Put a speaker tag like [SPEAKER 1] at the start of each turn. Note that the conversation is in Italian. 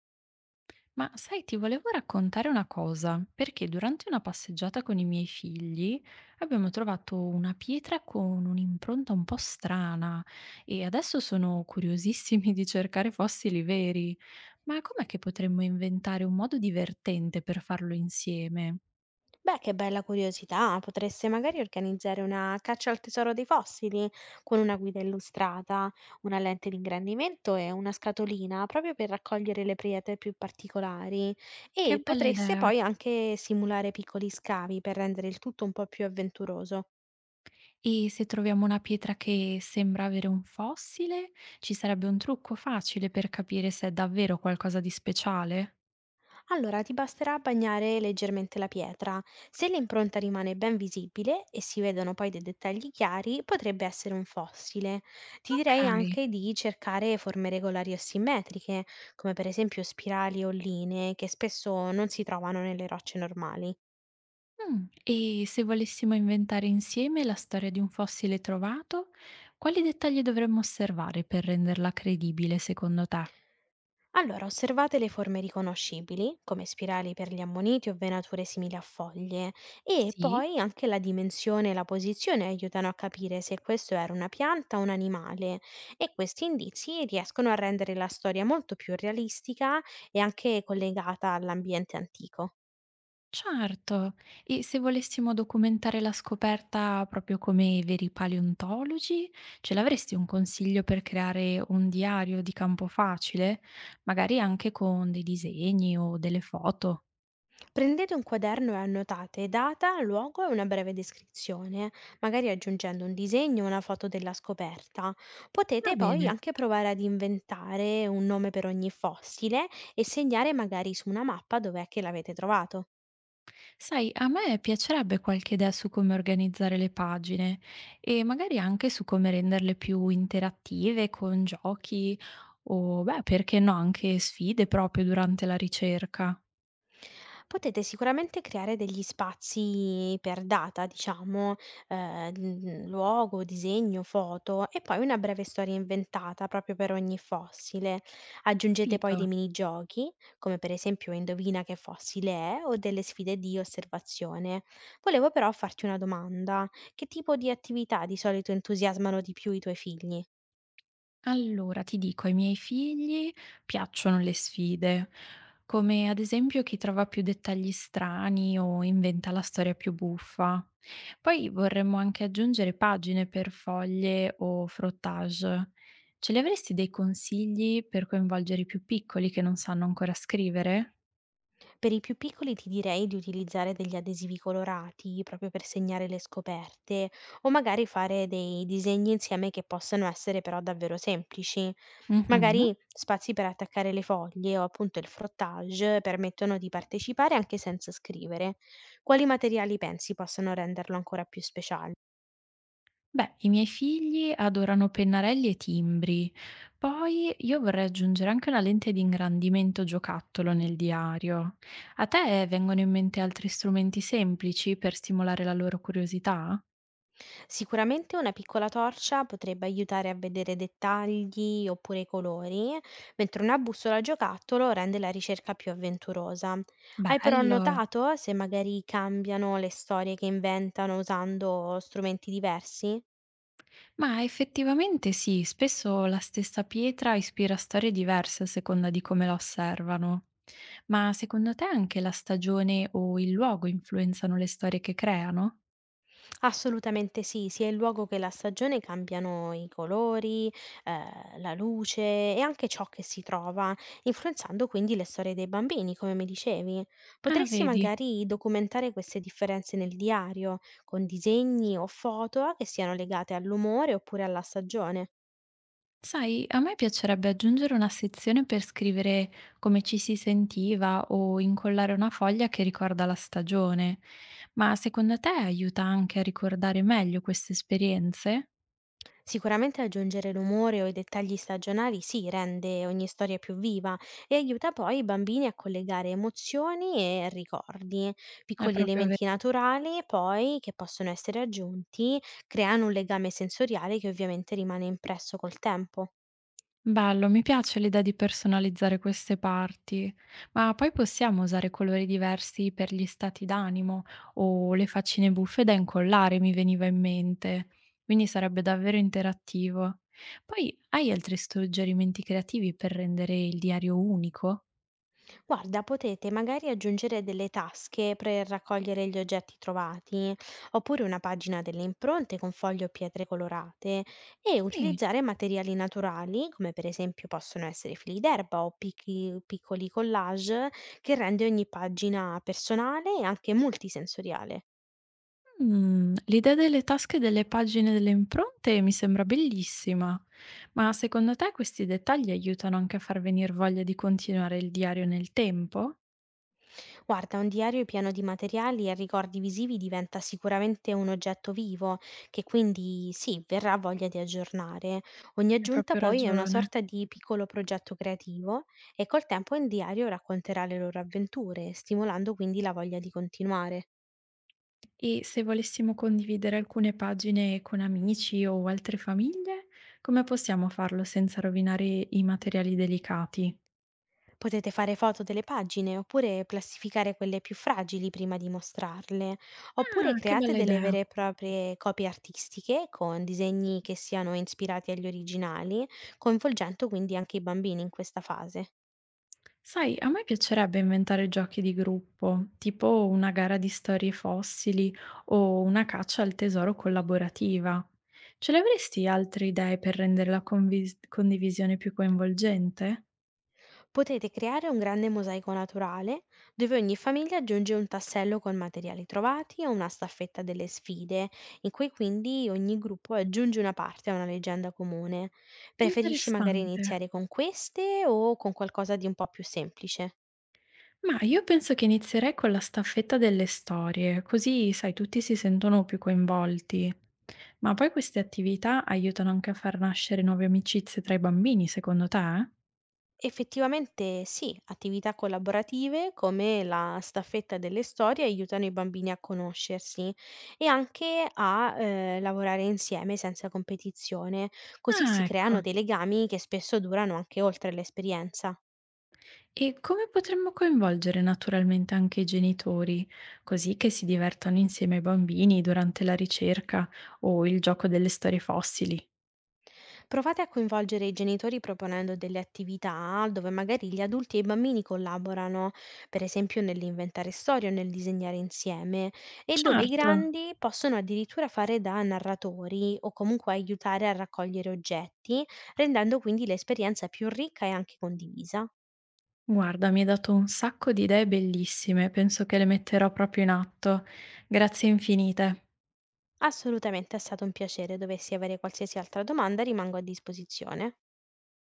[SPEAKER 1] Ma sai, ti volevo raccontare una cosa, perché durante una passeggiata con i miei figli abbiamo trovato una pietra con un'impronta un po' strana e adesso sono curiosissimi di cercare fossili veri. Ma com'è che potremmo inventare un modo divertente per farlo insieme?
[SPEAKER 2] Beh, che bella curiosità! Potreste magari organizzare una caccia al tesoro dei fossili con una guida illustrata, una lente di ingrandimento e una scatolina proprio per raccogliere le priete più particolari.
[SPEAKER 1] Che
[SPEAKER 2] E
[SPEAKER 1] bella
[SPEAKER 2] potreste
[SPEAKER 1] idea!
[SPEAKER 2] poi anche simulare piccoli scavi per rendere il tutto un po' più avventuroso.
[SPEAKER 1] E se troviamo una pietra che sembra avere un fossile, ci sarebbe un trucco facile per capire se è davvero qualcosa di speciale?
[SPEAKER 2] Allora, ti basterà bagnare leggermente la pietra. Se l'impronta rimane ben visibile e si vedono poi dei dettagli chiari, potrebbe essere un fossile. Ti
[SPEAKER 1] Ok.
[SPEAKER 2] direi anche di cercare forme regolari o simmetriche, come per esempio spirali o linee, che spesso non si trovano nelle rocce normali.
[SPEAKER 1] E se volessimo inventare insieme la storia di un fossile trovato, quali dettagli dovremmo osservare per renderla credibile secondo te?
[SPEAKER 2] Allora, osservate le forme riconoscibili, come spirali per gli ammoniti o venature simili a foglie, e
[SPEAKER 1] Sì?
[SPEAKER 2] poi anche la dimensione e la posizione aiutano a capire se questo era una pianta o un animale, e questi indizi riescono a rendere la storia molto più realistica e anche collegata all'ambiente antico.
[SPEAKER 1] Certo, e se volessimo documentare la scoperta proprio come i veri paleontologi, ce l'avresti un consiglio per creare un diario di campo facile? Magari anche con dei disegni o delle foto.
[SPEAKER 2] Prendete un quaderno e annotate data, luogo e una breve descrizione, magari aggiungendo un disegno o una foto della scoperta.
[SPEAKER 1] Va
[SPEAKER 2] Potete poi
[SPEAKER 1] bene.
[SPEAKER 2] anche provare ad inventare un nome per ogni fossile e segnare magari su una mappa dov'è che l'avete trovato.
[SPEAKER 1] Sai, a me piacerebbe qualche idea su come organizzare le pagine e magari anche su come renderle più interattive con giochi o, beh, perché no, anche sfide proprio durante la ricerca.
[SPEAKER 2] Potete sicuramente creare degli spazi per data, diciamo, luogo, disegno, foto e poi una breve storia inventata proprio per ogni fossile. Aggiungete poi
[SPEAKER 1] Capito?
[SPEAKER 2] dei minigiochi, come per esempio Indovina che fossile è o delle sfide di osservazione. Volevo però farti una domanda. Che tipo di attività di solito entusiasmano di più i tuoi figli?
[SPEAKER 1] Allora, ti dico, ai miei figli piacciono le sfide, come ad esempio chi trova più dettagli strani o inventa la storia più buffa. Poi vorremmo anche aggiungere pagine per foglie o frottage. Ce li avresti dei consigli per coinvolgere i più piccoli che non sanno ancora scrivere?
[SPEAKER 2] Per i più piccoli ti direi di utilizzare degli adesivi colorati proprio per segnare le scoperte o magari fare dei disegni insieme che possano essere però davvero semplici.
[SPEAKER 1] Mhm.
[SPEAKER 2] Magari spazi per attaccare le foglie o appunto il frottage permettono di partecipare anche senza scrivere. Quali materiali pensi possano renderlo ancora più speciale?
[SPEAKER 1] Beh, i miei figli adorano pennarelli e timbri. Poi io vorrei aggiungere anche una lente di ingrandimento giocattolo nel diario. A te vengono in mente altri strumenti semplici per stimolare la loro curiosità?
[SPEAKER 2] Sicuramente una piccola torcia potrebbe aiutare a vedere dettagli oppure i colori, mentre una bussola a giocattolo rende la ricerca più avventurosa. Hai però
[SPEAKER 1] Bello!
[SPEAKER 2] notato se magari cambiano le storie che inventano usando strumenti diversi?
[SPEAKER 1] Ma effettivamente sì, spesso la stessa pietra ispira storie diverse a seconda di come la osservano. Ma secondo te anche la stagione o il luogo influenzano le storie che creano?
[SPEAKER 2] Assolutamente sì, sia il luogo che la stagione cambiano i colori, la luce e anche ciò che si trova, influenzando quindi le storie dei bambini, come mi dicevi.
[SPEAKER 1] Ah,
[SPEAKER 2] Potresti
[SPEAKER 1] vedi.
[SPEAKER 2] magari documentare queste differenze nel diario, con disegni o foto che siano legate all'umore oppure alla stagione.
[SPEAKER 1] Sai, a me piacerebbe aggiungere una sezione per scrivere come ci si sentiva o incollare una foglia che ricorda la stagione, ma secondo te aiuta anche a ricordare meglio queste esperienze?
[SPEAKER 2] Sicuramente aggiungere l'umore o i dettagli stagionali sì, rende ogni storia più viva e aiuta poi i bambini a collegare emozioni e ricordi.
[SPEAKER 1] È
[SPEAKER 2] Piccoli
[SPEAKER 1] proprio
[SPEAKER 2] elementi naturali poi che possono essere aggiunti creano un legame sensoriale che ovviamente rimane impresso col tempo.
[SPEAKER 1] bello, mi piace l'idea di personalizzare queste parti, ma poi possiamo usare colori diversi per gli stati d'animo o le faccine buffe da incollare, mi veniva in mente, quindi sarebbe davvero interattivo. Poi hai altri suggerimenti creativi per rendere il diario unico?
[SPEAKER 2] Guarda, potete magari aggiungere delle tasche per raccogliere gli oggetti trovati, oppure una pagina delle impronte con fogli o pietre colorate e
[SPEAKER 1] Sì,
[SPEAKER 2] utilizzare materiali naturali, come per esempio possono essere fili d'erba o piccoli collage, che rende ogni pagina personale e anche multisensoriale.
[SPEAKER 1] l'idea delle tasche e delle pagine delle impronte mi sembra bellissima, ma secondo te questi dettagli aiutano anche a far venire voglia di continuare il diario nel tempo?
[SPEAKER 2] Guarda, un diario pieno di materiali e ricordi visivi diventa sicuramente un oggetto vivo, che quindi sì, verrà voglia di aggiornare. Ogni
[SPEAKER 1] Hai
[SPEAKER 2] aggiunta
[SPEAKER 1] proprio
[SPEAKER 2] poi è una
[SPEAKER 1] ragione.
[SPEAKER 2] sorta di piccolo progetto creativo e col tempo il diario racconterà le loro avventure, stimolando quindi la voglia di continuare.
[SPEAKER 1] E se volessimo condividere alcune pagine con amici o altre famiglie, come possiamo farlo senza rovinare i materiali delicati?
[SPEAKER 2] Potete fare foto delle pagine oppure classificare quelle più fragili prima di mostrarle, oppure
[SPEAKER 1] Ah, che
[SPEAKER 2] create
[SPEAKER 1] bella
[SPEAKER 2] delle
[SPEAKER 1] idea!
[SPEAKER 2] vere e proprie copie artistiche con disegni che siano ispirati agli originali, coinvolgendo quindi anche i bambini in questa fase.
[SPEAKER 1] Sai, a me piacerebbe inventare giochi di gruppo, tipo una gara di storie fossili o una caccia al tesoro collaborativa. Ce le avresti altre idee per rendere la condivisione più coinvolgente?
[SPEAKER 2] Potete creare un grande mosaico naturale dove ogni famiglia aggiunge un tassello con materiali trovati o una staffetta delle sfide, in cui quindi ogni gruppo aggiunge una parte a una leggenda comune. Preferisci magari
[SPEAKER 1] Interessante.
[SPEAKER 2] iniziare con queste o con qualcosa di un po' più semplice?
[SPEAKER 1] Ma io penso che inizierei con la staffetta delle storie, così sai, tutti si sentono più coinvolti. Ma poi queste attività aiutano anche a far nascere nuove amicizie tra i bambini, secondo te?
[SPEAKER 2] Effettivamente sì, attività collaborative come la staffetta delle storie aiutano i bambini a conoscersi e anche a lavorare insieme senza competizione, così si
[SPEAKER 1] Ah, ecco.
[SPEAKER 2] creano dei legami che spesso durano anche oltre l'esperienza.
[SPEAKER 1] E come potremmo coinvolgere naturalmente anche i genitori, così che si divertano insieme ai bambini durante la ricerca o il gioco delle storie fossili?
[SPEAKER 2] Provate a coinvolgere i genitori proponendo delle attività dove magari gli adulti e i bambini collaborano, per esempio nell'inventare storie o nel disegnare insieme, e dove i
[SPEAKER 1] Certo.
[SPEAKER 2] grandi possono addirittura fare da narratori o comunque aiutare a raccogliere oggetti, rendendo quindi l'esperienza più ricca e anche condivisa.
[SPEAKER 1] Guarda, mi hai dato un sacco di idee bellissime, penso che le metterò proprio in atto. Grazie infinite.
[SPEAKER 2] Assolutamente è stato un piacere, dovessi avere qualsiasi altra domanda rimango a disposizione.